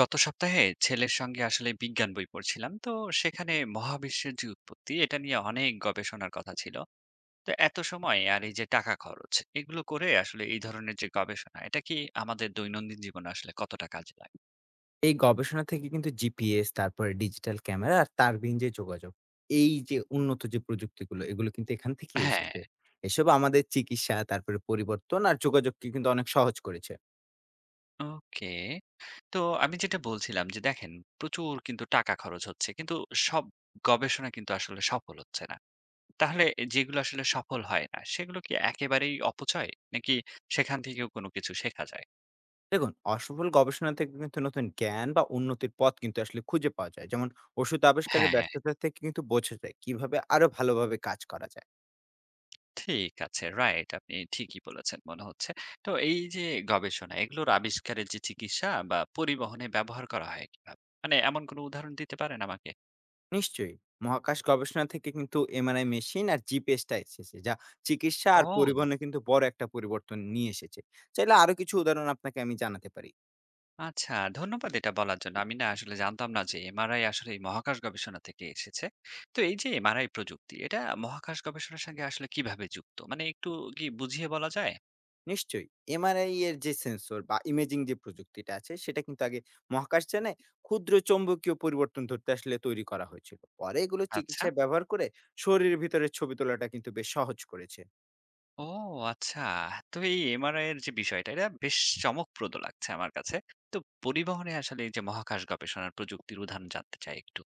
গত সপ্তাহে ছেলের সঙ্গে আসলে বিজ্ঞান বই পড়ছিলাম তো সেখানে মহাবিশ্বের যে উৎপত্তি এটা নিয়ে অনেক গবেষণার কথা ছিল। তো এত সময় আর এই যে টাকা খরচ এগুলো করে আসলে এই ধরনের যে গবেষণা এটা কি আমাদের দৈনন্দিন জীবনে আসলে কতটা কাজে লাগে? এই গবেষণা থেকে কিন্তু জিপিএস, তারপরে ডিজিটাল ক্যামেরা আর তারবিহীন যে যোগাযোগ, এই যে উন্নত যে প্রযুক্তিগুলো, এগুলো কিন্তু এখান থেকেই হ্যাঁ। এসেছে। এসব আমাদের চিকিৎসা, তারপরে পরিবর্তন আর যোগাযোগকে কিন্তু অনেক সহজ করেছে। ওকে। তো আমি যেটা বলছিলাম যে দেখেন, প্রচুর কিন্তু টাকা খরচ হচ্ছে কিন্তু সব গবেষণা কিন্তু আসলে সফল হচ্ছে না। তাহলে যেগুলো আসলে সফল হয় না সেগুলো কি একেবারেই অপচয়, নাকি সেখান থেকেও কোনো কিছু শেখা যায়? দেখুন, অসফল গবেষণা থেকে কিন্তু নতুন জ্ঞান বা উন্নতির পথ কিন্তু আসলে খুঁজে পাওয়া যায়। যেমন ওষুধ আবিষ্কারের হ্যাঁ, ব্যর্থতা থেকে কিন্তু বোঝা যায়, কিভাবে আরো ভালোভাবে কাজ করা যায়। ঠিক আছে। রাইট। আপনি ঠিকই বলেছেন মনে হচ্ছে। তো এই যে গবেষণা এগুলোর আবিষ্কারের যে চিকিৎসা বা পরিবহনে ব্যবহার করা হয় কিভাবে? মানে এমন কোনো উদাহরণ দিতে পারেন আমাকে? নিশ্চয়ই। মহাকাশ গবেষণা থেকে কিন্তু এমআরআই মেশিন আর জিপিএসটা এসেছে, যা চিকিৎসা আর ও! পরিবহনে কিন্তু বড় একটা পরিবর্তন নিয়ে এসেছে। চাইলে আরো কিছু উদাহরণ আপনাকে আমি জানাতে পারি। আচ্ছা, ধন্যবাদ এটা বলার জন্য। আমি না আসলে জানতাম না যে MRI আসলে এই মহাকাশ গবেষণা থেকে এসেছে। তো এই যে এমআরআই প্রযুক্তি এটা মহাকাশ গবেষণার সঙ্গে আসলে কিভাবে যুক্ত? মানে একটু কি বুঝিয়ে বলা যায়? নিশ্চয়ই। এমআরআই এর যে সেন্সর বা ইমেজিং যে প্রযুক্তিটা আছে, সেটা কিন্তু আগে মহাকাশযানে ক্ষুদ্র চৌম্বকীয় পরিবর্তন ধরতে আসলে তৈরি করা হয়েছিল। পরে এগুলো আচ্ছা। চিকিৎসায় ব্যবহার করে শরীরের ভিতরে ছবি তোলাটা কিন্তু বেশ সহজ করেছে। ও আচ্ছা। তো এই MRI এর যে বিষয়টা, এটা বেশ চমকপ্রদ লাগছে আমার কাছে। তো পরিবহনে আসলে এই যে মহাকাশ গবেষণার প্রযুক্তির উদাহরণ জানতে চাই একটু।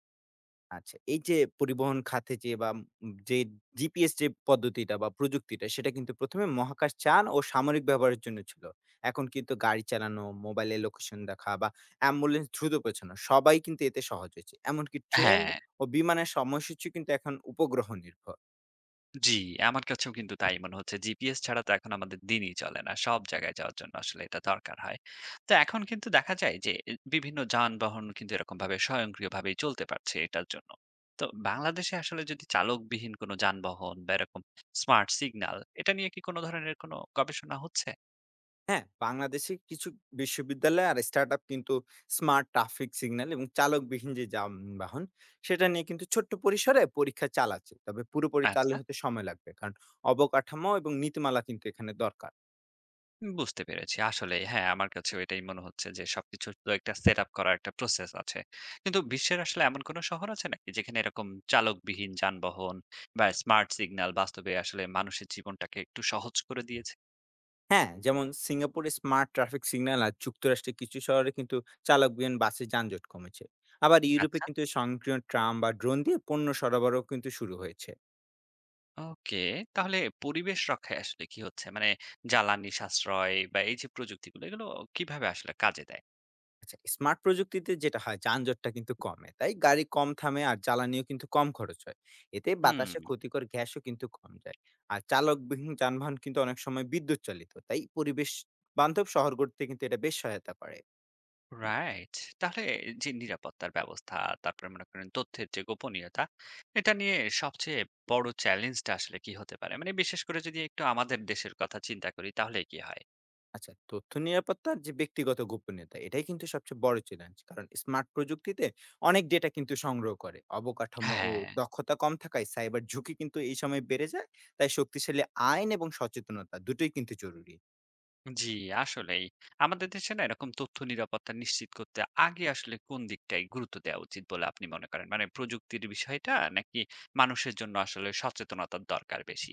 আচ্ছা, এই যে পরিবহন খাতে যে বা যে জিপিএস যে পদ্ধতিটা বা প্রযুক্তিটা সেটা কিন্তু ১ম এ মহাকাশ যান ও সামরিক ব্যবহারের জন্য ছিল। এখন কিন্তু গাড়ি চালানো, মোবাইলে লোকেশন দেখা বা অ্যাম্বুলেন্স দ্রুত পৌঁছানো সবাই কিন্তু এতে সহজ হয়েছে। এমনকি ট্রেন হ্যাঁ। ও বিমানের সময়সূচি কিন্তু এখন উপগ্রহ নির্ভর। জি। আমার কাছেও কিন্তু তাই মনে হচ্ছে। GPS ছাড়া তো এখন আমাদের দিনই চলে না। সব জায়গায় যাওয়ার জন্য আসলে এটা দরকার হয়। তো এখন কিন্তু দেখা যায় যে বিভিন্ন যানবাহন কিন্তু এরকমভাবে স্বয়ংক্রিয়ভাবেই চলতে পারছে এটার জন্য। তো বাংলাদেশে আসলে যদি চালকবিহীন কোনো যানবাহন বা এরকম স্মার্ট সিগন্যাল, এটা নিয়ে কি কোনো ধরনের কোনো গবেষণা হচ্ছে? হ্যাঁ, বাংলাদেশে কিছু বিশ্ববিদ্যালয় আর স্টার্টআপ কিন্তু স্মার্ট ট্রাফিক সিগন্যাল এবং চালকবিহীন যে যানবাহন সেটা নিয়ে কিন্তু ছোট্ট পরিসরে পরীক্ষা চালাচ্ছে। তবে পুরোপুরি চালু আচ্ছা। হতে সময় লাগবে। কারণ অবকাঠামো এবং নীতিমালা কিন্তু এখানে দরকার। বুঝতে পেরেছি। আসলেই হ্যাঁ, আমার কাছেও এটাই মনে হচ্ছে যে সবকিছুর তো একটা সেটআপ করার একটা প্রসেস আছে। কিন্তু বিশ্বের আসলে এমন কোন শহর আছে নাকি যেখানে এরকম চালকবিহীন যানবাহন বা স্মার্ট সিগন্যাল বাস্তবে আসলে মানুষের জীবনটাকে একটু সহজ করে দিয়েছে? হ্যাঁ, যেমন সিঙ্গাপুরে স্মার্ট ট্রাফিক সিগন্যাল আর যুক্তরাষ্ট্রের কিছু শহরে কিন্তু চালকবিহীন বাসে যানজট কমেছে। আবার ইউরোপে আচ্ছা। কিন্তু স্বয়ংক্রিয় ট্রাম বা ড্রোন দিয়ে পণ্য সরবরাহ কিন্তু শুরু হয়েছে। ওকে, তাহলে পরিবেশ রক্ষায় আসলে কি হচ্ছে? মানে জ্বালানি সাশ্রয় বা এই যে প্রযুক্তিগুলো এগুলো কিভাবে আসলে কাজে দেয়? আচ্ছা, স্মার্ট প্রযুক্তিতে যেটা হয় যানজটটা কিন্তু কমে। তাই গাড়ি কম থামে আর জ্বালানিও কিন্তু কম খরচ হয়। এতে হুম। বাতাসে ক্ষতিকর গ্যাসও কিন্তু কম যায়। আর চালকবিহীন যানবাহন কিন্তু অনেক সময় বিদ্যুৎ চালিত। তাই পরিবেশ বান্ধব শহর গড়তে কিন্তু এটা বেশ সহায়তা করে। রাইট। তাহলে যে নিরাপত্তার ব্যবস্থা, তারপরে মনে করেন তথ্যের যে গোপনীয়তা, এটা নিয়ে সবচেয়ে বড় চ্যালেঞ্জটা আসলে কি হতে পারে? মানে বিশেষ করে যদি একটু আমাদের দেশের কথা চিন্তা করি তাহলে কি হয়? আচ্ছা, তথ্য নিরাপত্তার যে ব্যক্তিগত গোপনীয়তা এটাই কিন্তু সবচেয়ে বড় চ্যালেঞ্জ। কারণ স্মার্ট প্রযুক্তিতে অনেক ডেটা কিন্তু সংগ্রহ করে। অবকাঠামো ও হ্যাঁ। দক্ষতা কম থাকায় সাইবার ঝুঁকি কিন্তু এই সময় বেড়ে যায়। তাই শক্তিশালী আইন এবং সচেতনতা দুটোই কিন্তু জরুরি। জি। আসলেই আমাদের দেশে না এরকম তথ্য নিরাপত্তা নিশ্চিত করতে আগে আসলে কোন দিকটাই গুরুত্ব দেওয়া উচিত বলে আপনি মনে করেন? মানে প্রযুক্তির বিষয়টা, নাকি মানুষের জন্য আসলে সচেতনতার দরকার বেশি?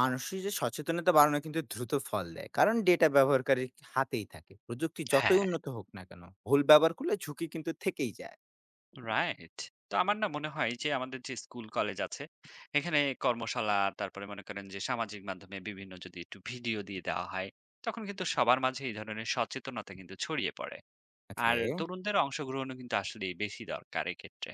মানুষের যে সচেতনতা বাড়ানো কিন্তু দ্রুত ফল দেয়, কারণ ডেটা ব্যবহারকারীর হাতেই থাকে। প্রযুক্তি যতই হ্যাঁ। উন্নত হোক না কেন, ভুল ব্যবহার করলে ঝুঁকি কিন্তু থেকেই যায়। রাইট। তো আমার না মনে হয় যে আমাদের যে স্কুল কলেজ আছে এখানে কর্মশালা, তারপরে মনে করেন যে সামাজিক মাধ্যমে বিভিন্ন যদি একটু ভিডিও দিয়ে দেওয়া হয় তখন কিন্তু সবার মাঝে এই ধরনের সচেতনতা কিন্তু ছড়িয়ে পড়ে। ওকে। আর তরুণদের অংশগ্রহণও কিন্তু আসলে বেশি দরকার এক্ষেত্রে।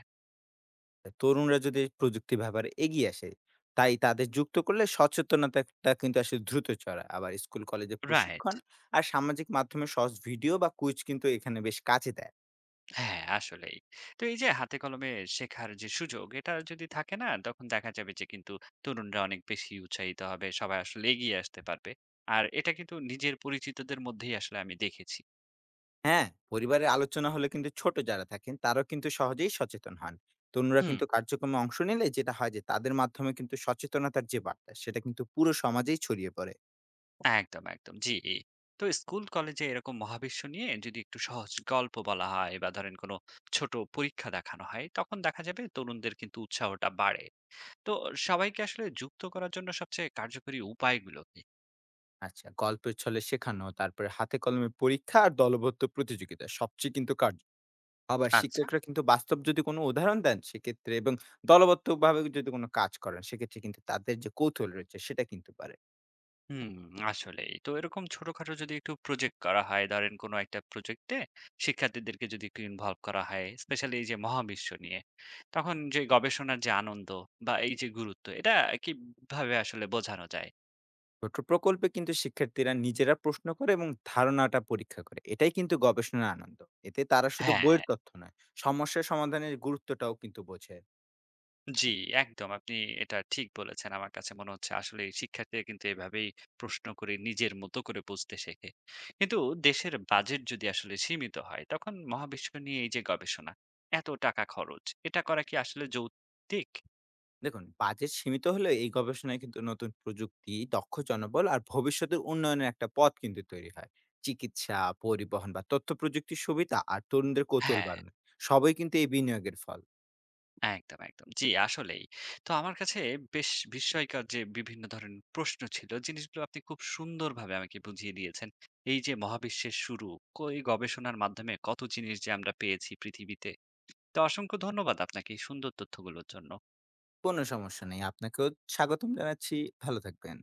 তরুণরা যদি প্রযুক্তি ব্যবহারে এগিয়ে আসে, তাই তাদের যুক্ত করলে সচেতনতাটা কিন্তু আসলে দ্রুত চড়ায়। আবার স্কুল কলেজে রাইট। প্রশিক্ষণ আর সামাজিক মাধ্যমে সহজ ভিডিও বা কুইজ কিন্তু এখানে বেশ কাজে দেয়। হ্যাঁ, আসলেই। তো এই যে হাতে কলমে শেখার যে সুযোগ এটা যদি থাকে না তখন দেখা যাবে যে কিন্তু তরুণরা অনেক বেশি উৎসাহিত হবে, সবাই আসলে এগিয়ে আসতে পারবে। আর এটা কিন্তু নিজের পরিচিতদের মধ্যেই আসলে আমি দেখেছি। হ্যাঁ, পরিবারের আলোচনা হলে কিন্তু ছোট যারা থাকেন তারাও কিন্তু সহজেই সচেতন হন। তরুণরা হুম। কিন্তু কার্যক্রমে অংশ নিলে যেটা হয় যে তাদের মাধ্যমে কিন্তু সচেতনতার যে বার্তা সেটা কিন্তু পুরো সমাজেই ছড়িয়ে পড়ে। একদম, একদম। জি। তো স্কুল, কলেজে এরকম মহাবিশ্ব নিয়ে যদি একটু সহজ গল্প বলা হয় বা ধরেন কোনো ছোট পরীক্ষা দেখানো হয়, তখন দেখা যাবে তরুণদের কিন্তু উৎসাহটা বাড়ে। তো সবাইকে আসলে যুক্ত করার জন্য সবচেয়ে কার্যকরী উপায়গুলো কি? আচ্ছা, গল্পের ছলে শেখানো, তারপরে হাতে কলমে পরীক্ষা আর দলবদ্ধ প্রতিযোগিতা সবচেয়ে কিন্তু কার্য। আবার আচ্ছা। শিক্ষকরা কিন্তু বাস্তব যদি কোনো উদাহরণ দেন সেক্ষেত্রে এবং দলবদ্ধভাবে যদি কোনো কাজ করেন, সেক্ষেত্রে কিন্তু তাদের যে কৌতূহল রয়েছে সেটা কিন্তু বাড়ে। হুম, আসলেই। তো এরকম ছোটখাটো যদি একটু প্রজেক্ট করা হয়, ধরেন কোনো একটা প্রজেক্টে শিক্ষার্থীদেরকে যদি একটু ইনভলভ করা হয়, স্পেশালি এই যে মহাবিশ্ব নিয়ে, তখন যে গবেষণার যে আনন্দ বা এই যে গুরুত্ব, এটা কিভাবে আসলে বোঝানো যায়? ছোট প্রকল্পে কিন্তু শিক্ষার্থীরা নিজেরা প্রশ্ন করে এবং ধারণাটা পরীক্ষা করে, এটাই কিন্তু গবেষণার আনন্দ। এতে তারা শুধু হ্যাঁ। বইয়ের তথ্য নয়, সমস্যা সমাধানের গুরুত্বটাও কিন্তু বোঝে। জি, একদম। আপনি এটা ঠিক বলেছেন। আমার কাছে মনে হচ্ছে আসলে শিক্ষার্থীরা কিন্তু এভাবেই প্রশ্ন করে নিজের মতো করে বুঝতে শেখে। কিন্তু দেশের বাজেট যদি আসলে সীমিত হয়, তখন মহাবিশ্ব নিয়ে এই যে গবেষণা, এত টাকা খরচ, এটা করা কি আসলে যৌক্তিক? দেখুন, বাজেট সীমিত হলে এই গবেষণায় কিন্তু নতুন প্রযুক্তি, দক্ষ জনবল আর ভবিষ্যতের উন্নয়নের একটা পথ কিন্তু তৈরি হয়। চিকিৎসা, পরিবহন বা তথ্য প্রযুক্তির সুবিধা আর তরুণদের কৌতূহল হ্যাঁ, বাড়ানো সবই কিন্তু এই বিনিয়োগের ফল। একদম, একদম। জি, আসলেই। তো আমার কাছে বেশ বিস্ময়কর যে বিভিন্ন ধরনের প্রশ্ন ছিল, জিনিসগুলো আপনি খুব সুন্দরভাবে আমাকে বুঝিয়ে দিয়েছেন। এই যে মহাবিশ্বের শুরু, ক এই গবেষণার মাধ্যমে কত জিনিস যে আমরা পেয়েছি পৃথিবীতে। তো অসংখ্য ধন্যবাদ আপনাকে এই সুন্দর তথ্যগুলোর জন্য। কোনো সমস্যা নেই। আপনাকেও স্বাগতম জানাচ্ছি। ভালো থাকবেন।